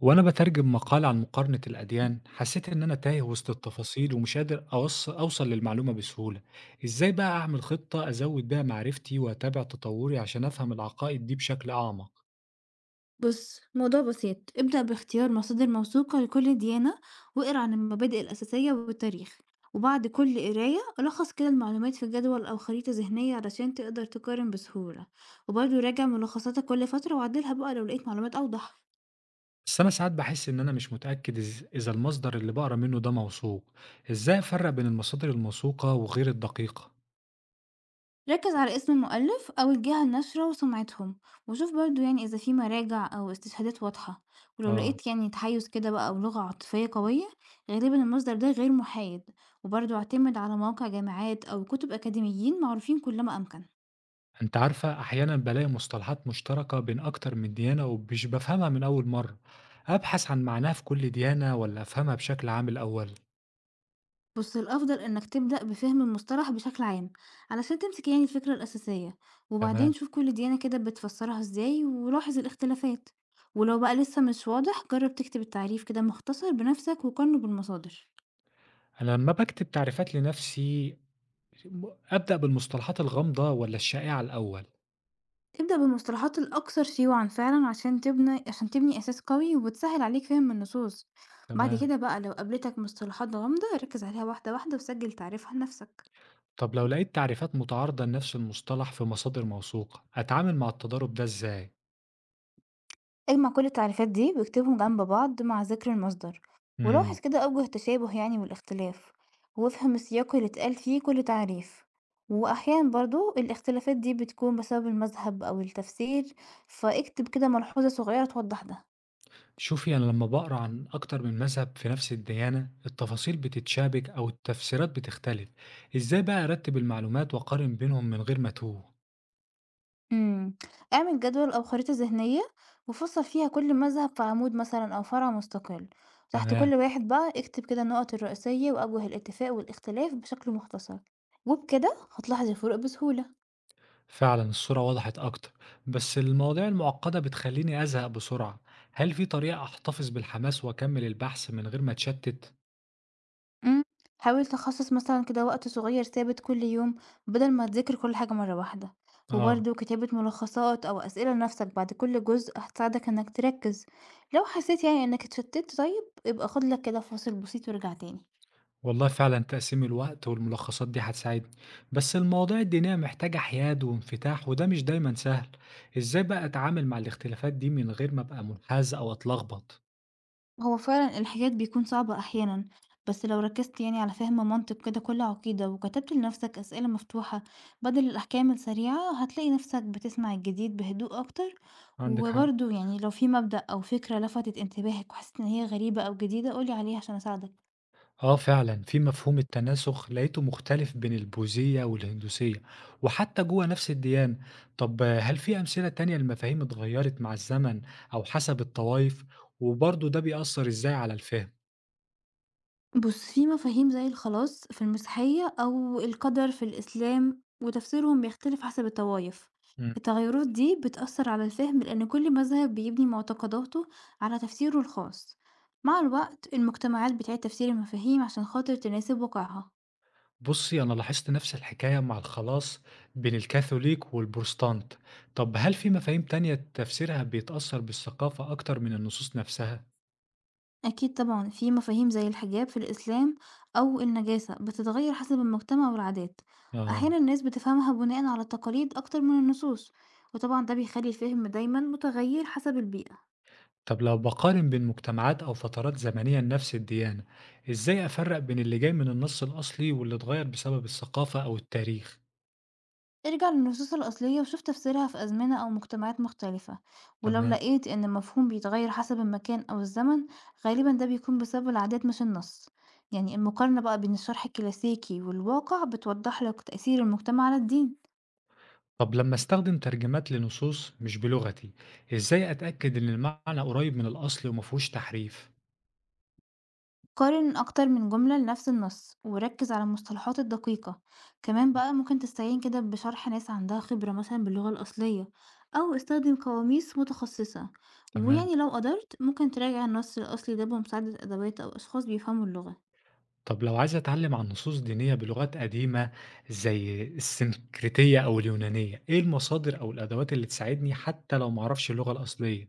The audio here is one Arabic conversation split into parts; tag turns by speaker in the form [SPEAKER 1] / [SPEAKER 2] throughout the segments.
[SPEAKER 1] وأنا بترجم مقال عن مقارنة الأديان حسيت إن أنا تايه وسط التفاصيل ومش قادر أوصل للمعلومة بسهولة، إزاي بقى أعمل خطة أزود بيها معرفتي وأتابع تطوري عشان أفهم العقائد دي بشكل أعمق؟
[SPEAKER 2] بص، موضوع بسيط. ابدأ باختيار مصادر موثوقة لكل ديانة، واقرأ عن المبادئ الأساسية والتاريخ. وبعد كل قراية لخص كده المعلومات في جدول أو خريطة ذهنية علشان تقدر تقارن بسهولة. وبرضه راجع ملخصاتك كل فترة وعدلها بقى لو لقيت معلومات أوضح.
[SPEAKER 1] بس أنا ساعات بحس إن أنا مش متأكد إذا المصدر اللي بقرا منه ده موثوق، إزاي أفرق بين المصادر الموثوقة وغير الدقيقة؟
[SPEAKER 2] ركز على اسم المؤلف أو الجهة الناشرة وسمعتهم، وشوف برضو يعني إذا في مراجع أو استشهادات واضحة. ولو
[SPEAKER 1] آه.
[SPEAKER 2] لقيت يعني تحيز كده بقى أو لغة عاطفية قوية، غالبا المصدر ده غير محايد. وبرضو اعتمد على مواقع جامعات أو كتب أكاديميين معروفين كلما أمكن.
[SPEAKER 1] أنت عارفة أحيانا بلاقي مصطلحات مشتركة بين أكتر من ديانة ومش بفهمها من أول مرة، أبحث عن معناها في كل ديانة ولا أفهمها بشكل عام الأول؟
[SPEAKER 2] بص، الأفضل إنك تبدأ بفهم المصطلح بشكل عام علشان تمسك يعني الفكرة الأساسية. وبعدين
[SPEAKER 1] تمام.
[SPEAKER 2] شوف كل ديانة كده بتفسرها إزاي ولاحظ الاختلافات. ولو بقى لسه مش واضح جرب تكتب التعريف كده مختصر بنفسك وقارنه بالمصادر.
[SPEAKER 1] أنا لمّا باكتب تعريفات لنفسي م أبدأ بالمصطلحات الغامضة والّا الشائعة الأول؟
[SPEAKER 2] ابدأ بالمصطلحات الأكثر شيوعا فعلا عشان تبني أساس قوي وبتسهل عليك فهم النصوص. بعد
[SPEAKER 1] تمام.
[SPEAKER 2] كده بقى لو قابلتك مصطلحات غامضة ركز عليها واحدة واحدة وسجل تعريفها لنفسك.
[SPEAKER 1] طب لو لقيت تعريفات متعارضة لنفس المصطلح في مصادر موثوقة، أتعامل مع التضارب ده إزاي؟
[SPEAKER 2] اجمع كل التعريفات دي واكتبهم جنب بعض مع ذكر المصدر. ولاحظ
[SPEAKER 1] إمم.
[SPEAKER 2] كده أوجه التشابه يعني والاختلاف، وافهم السياق اللي اتقال فيه كل تعريف. وأحيانا برضو الاختلافات دي بتكون بسبب المذهب أو التفسير، فاكتب كده ملحوظة صغيرة توضح ده.
[SPEAKER 1] شوفي أنا لمّا باقرا عن أكتر من مذهب في نفس الديانة، التفاصيل بتتشابك أو التفسيرات بتختلف، إزاي بقى أرتب المعلومات وأقارن بينهم من غير ما أتوه؟
[SPEAKER 2] امم اعمل جدول أو خريطة ذهنية وفصل فيها كل مذهب في عمود مثلا أو فرع مستقل. تحت
[SPEAKER 1] تمام.
[SPEAKER 2] كل واحد بقى اكتب كده النقط الرئيسية وأوجه الاتفاق والاختلاف بشكل مختصر. وبكده هتلاحظ الفروق بسهولة.
[SPEAKER 1] فعلا الصورة وضحت أكتر، بس المواضيع المعقدة بتخليني أزهق بسرعة. هل في طريقة أحتفظ بالحماس وأكمل البحث من غير ما أتشتت؟
[SPEAKER 2] امم حاول تخصص مثلا كده وقت صغير ثابت كل يوم بدل ما تذاكر كل حاجة مرة واحدة.
[SPEAKER 1] آه.
[SPEAKER 2] وبرده كتابة ملخصات أو أسئلة لنفسك بعد كل جزء هتساعدك إنك تركز. لو حسيت يعني إنك اتشتت طيب يبقى خد لك كده فاصل بسيط وارجع تاني.
[SPEAKER 1] والله فعلا تقسيم الوقت والملخصات دي هتساعدني، بس المواضيع الدينية محتاجة حياد وانفتاح وده مش دايما سهل. إزاي بقى أتعامل مع الاختلافات دي من غير ما أبقى منحاز أو أتلخبط؟
[SPEAKER 2] هو فعلًا الحجاج بيكون صعب أحيانًا، بس لو ركزت يعني على فهم منطق كده كل عقيدة وكتبت لنفسك أسئلة مفتوحة بدل الأحكام السريعة، هتلاقي نفسك بتسمع الجديد بهدوء أكتر.
[SPEAKER 1] عندك حق.
[SPEAKER 2] وبرضه يعني لو في مبدأ أو فكرة لفتت انتباهك وحسيت إن هي غريبة أو جديدة قولي عليها عشان أساعدك.
[SPEAKER 1] آه فعلا في مفهوم التناسخ لقيته مختلف بين البوذية والهندوسية وحتى جوه نفس الديانة. طب آه، هل في أمثلة تانية المفاهيم اتغيرت مع الزمن أو حسب الطوائف، وبرضه ده بيأثر إزاي على الفهم؟
[SPEAKER 2] بُص، في مفاهيم زي الخلاص في المسيحية أو القدر في الإسلام، وتفسيرهم بيختلف حسب الطوايف.
[SPEAKER 1] مم.
[SPEAKER 2] التغيرات دي بتأثر على الفهم لأن كل مذهب بيبني معتقداته على تفسيره الخاص. مع الوقت المجتمعات بتعيد تفسير المفاهيم عشان خاطر تناسب واقعها.
[SPEAKER 1] بصي أنا لاحظت نفس الحكاية مع الخلاص بين الكاثوليك والبروتستانت. طب هل في مفاهيم تانية تفسيرها بيتأثر بالثقافة أكتر من النصوص نفسها؟
[SPEAKER 2] أكيد طبعا في مفاهيم زي الحجاب في الإسلام أو النجاسة بتتغير حسب المجتمع والعادات. أحيانا
[SPEAKER 1] آه.
[SPEAKER 2] الناس بتفهمها بناء على التقاليد أكتر من النصوص، وطبعا ده بيخلي الفهم دايما متغير حسب البيئة.
[SPEAKER 1] طب لو بقارن بين مجتمعات أو فترات زمنية لنفس الديانة، إزاي أفرق بين اللي جاي من النص الأصلي واللي اتغير بسبب الثقافة أو التاريخ؟
[SPEAKER 2] ارجع للنصوص الأصلية وشوف تفسيرها في أزمنة أو مجتمعات مختلفة. ولو
[SPEAKER 1] تمام.
[SPEAKER 2] لقيت إن المفهوم بيتغير حسب المكان أو الزمن، غالبا ده بيكون بسبب العادات مش النص. يعني المقارنة بقى بين الشرح الكلاسيكي والواقع بتوضح لك تأثير المجتمع على الدين.
[SPEAKER 1] طب لما أستخدم ترجمات لنصوص مش بلغتي، إزاي أتأكد إن المعنى قريب من الأصل ومفهوش تحريف؟
[SPEAKER 2] قارن أكتر من جملة لنفس النص وركز على المصطلحات الدقيقة. كمان بقى ممكن تستعين كده بشرح ناس عندها خبرة مثلا باللغة الأصلية أو استخدم قواميس متخصصة.
[SPEAKER 1] تمام.
[SPEAKER 2] ويعني لو قدرت ممكن تراجع النص الأصلي ده بمساعدة أدوات أو أشخاص بيفهموا اللغة.
[SPEAKER 1] طب لو عايز أتعلم عن نصوص دينية بلغات قديمة زي السنكريتية أو اليونانية، إيه المصادر أو الأدوات اللي تساعدني حتى لو معرفش اللغة الأصلية؟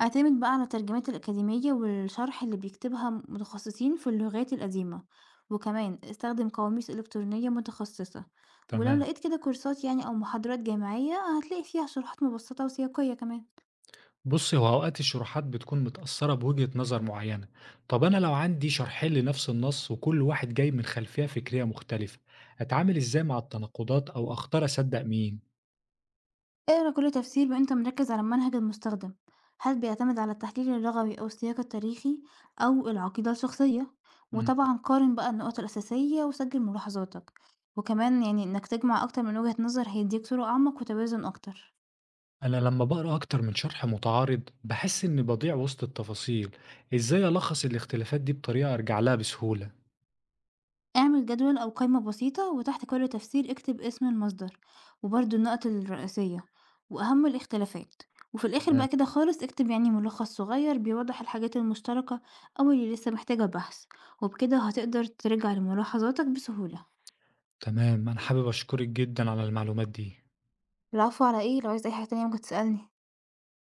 [SPEAKER 2] اعتمد بقى على الترجمات الأكاديمية والشرح اللي بيكتبها متخصصين في اللغات القديمة، وكمان استخدم قواميس إلكترونية متخصصة. ولو
[SPEAKER 1] تمام.
[SPEAKER 2] لقيت كده كورسات يعني أو محاضرات جامعية هتلاقي فيها شروحات مبسطة وسياقية كمان.
[SPEAKER 1] بُصّي، هو أوقات الشروحات بتكون متأثّرة بوجهة نظر معيّنة، طَب أنا لو عندي شرحين لنفس النص وكل واحد جاي من خلفية فكرية مختلفة، أتعامل إزاي مع التناقضات أو أختار أصدّق مين؟
[SPEAKER 2] اقرا كل تفسير وأنت مركز على المنهج المستخدم، هل بيعتمد على التحليل اللغوي أو السياق التاريخي أو العقيدة الشخصية؟
[SPEAKER 1] إمم.
[SPEAKER 2] وطبعا قارن بقى النقط الأساسية وسجل ملاحظاتك. وكمان يعني إنك تجمع أكتر من وجهة نظر هيديك صورة أعمق وتوازن أكتر.
[SPEAKER 1] أنا لمّا باقرا أكتر من شرح متعارض باحس إني باضيع وسط التفاصيل، إزاي ألخّص الاختلافات دي بطريقة أرجع لها بسهولة؟
[SPEAKER 2] اعمل جدول أو قائمة بسيطة وتحت كل تفسير اكتب اسم المصدر وبرضه النقط الرئيسية وأهم الاختلافات. وفي الآخر بقى
[SPEAKER 1] تمام.
[SPEAKER 2] كده خالص اكتب يعني ملخص صغير بيوضح الحاجات المشتركة أو اللي لسه محتاجة بحث. وبكده هتقدر ترجع لملاحظاتك بسهولة.
[SPEAKER 1] تمام، أنا حابب أشكرِك جدًا على المعلومات دي.
[SPEAKER 2] العفو، على ايه؟ لو عايز أي حاجة تانية ممكن تسألني.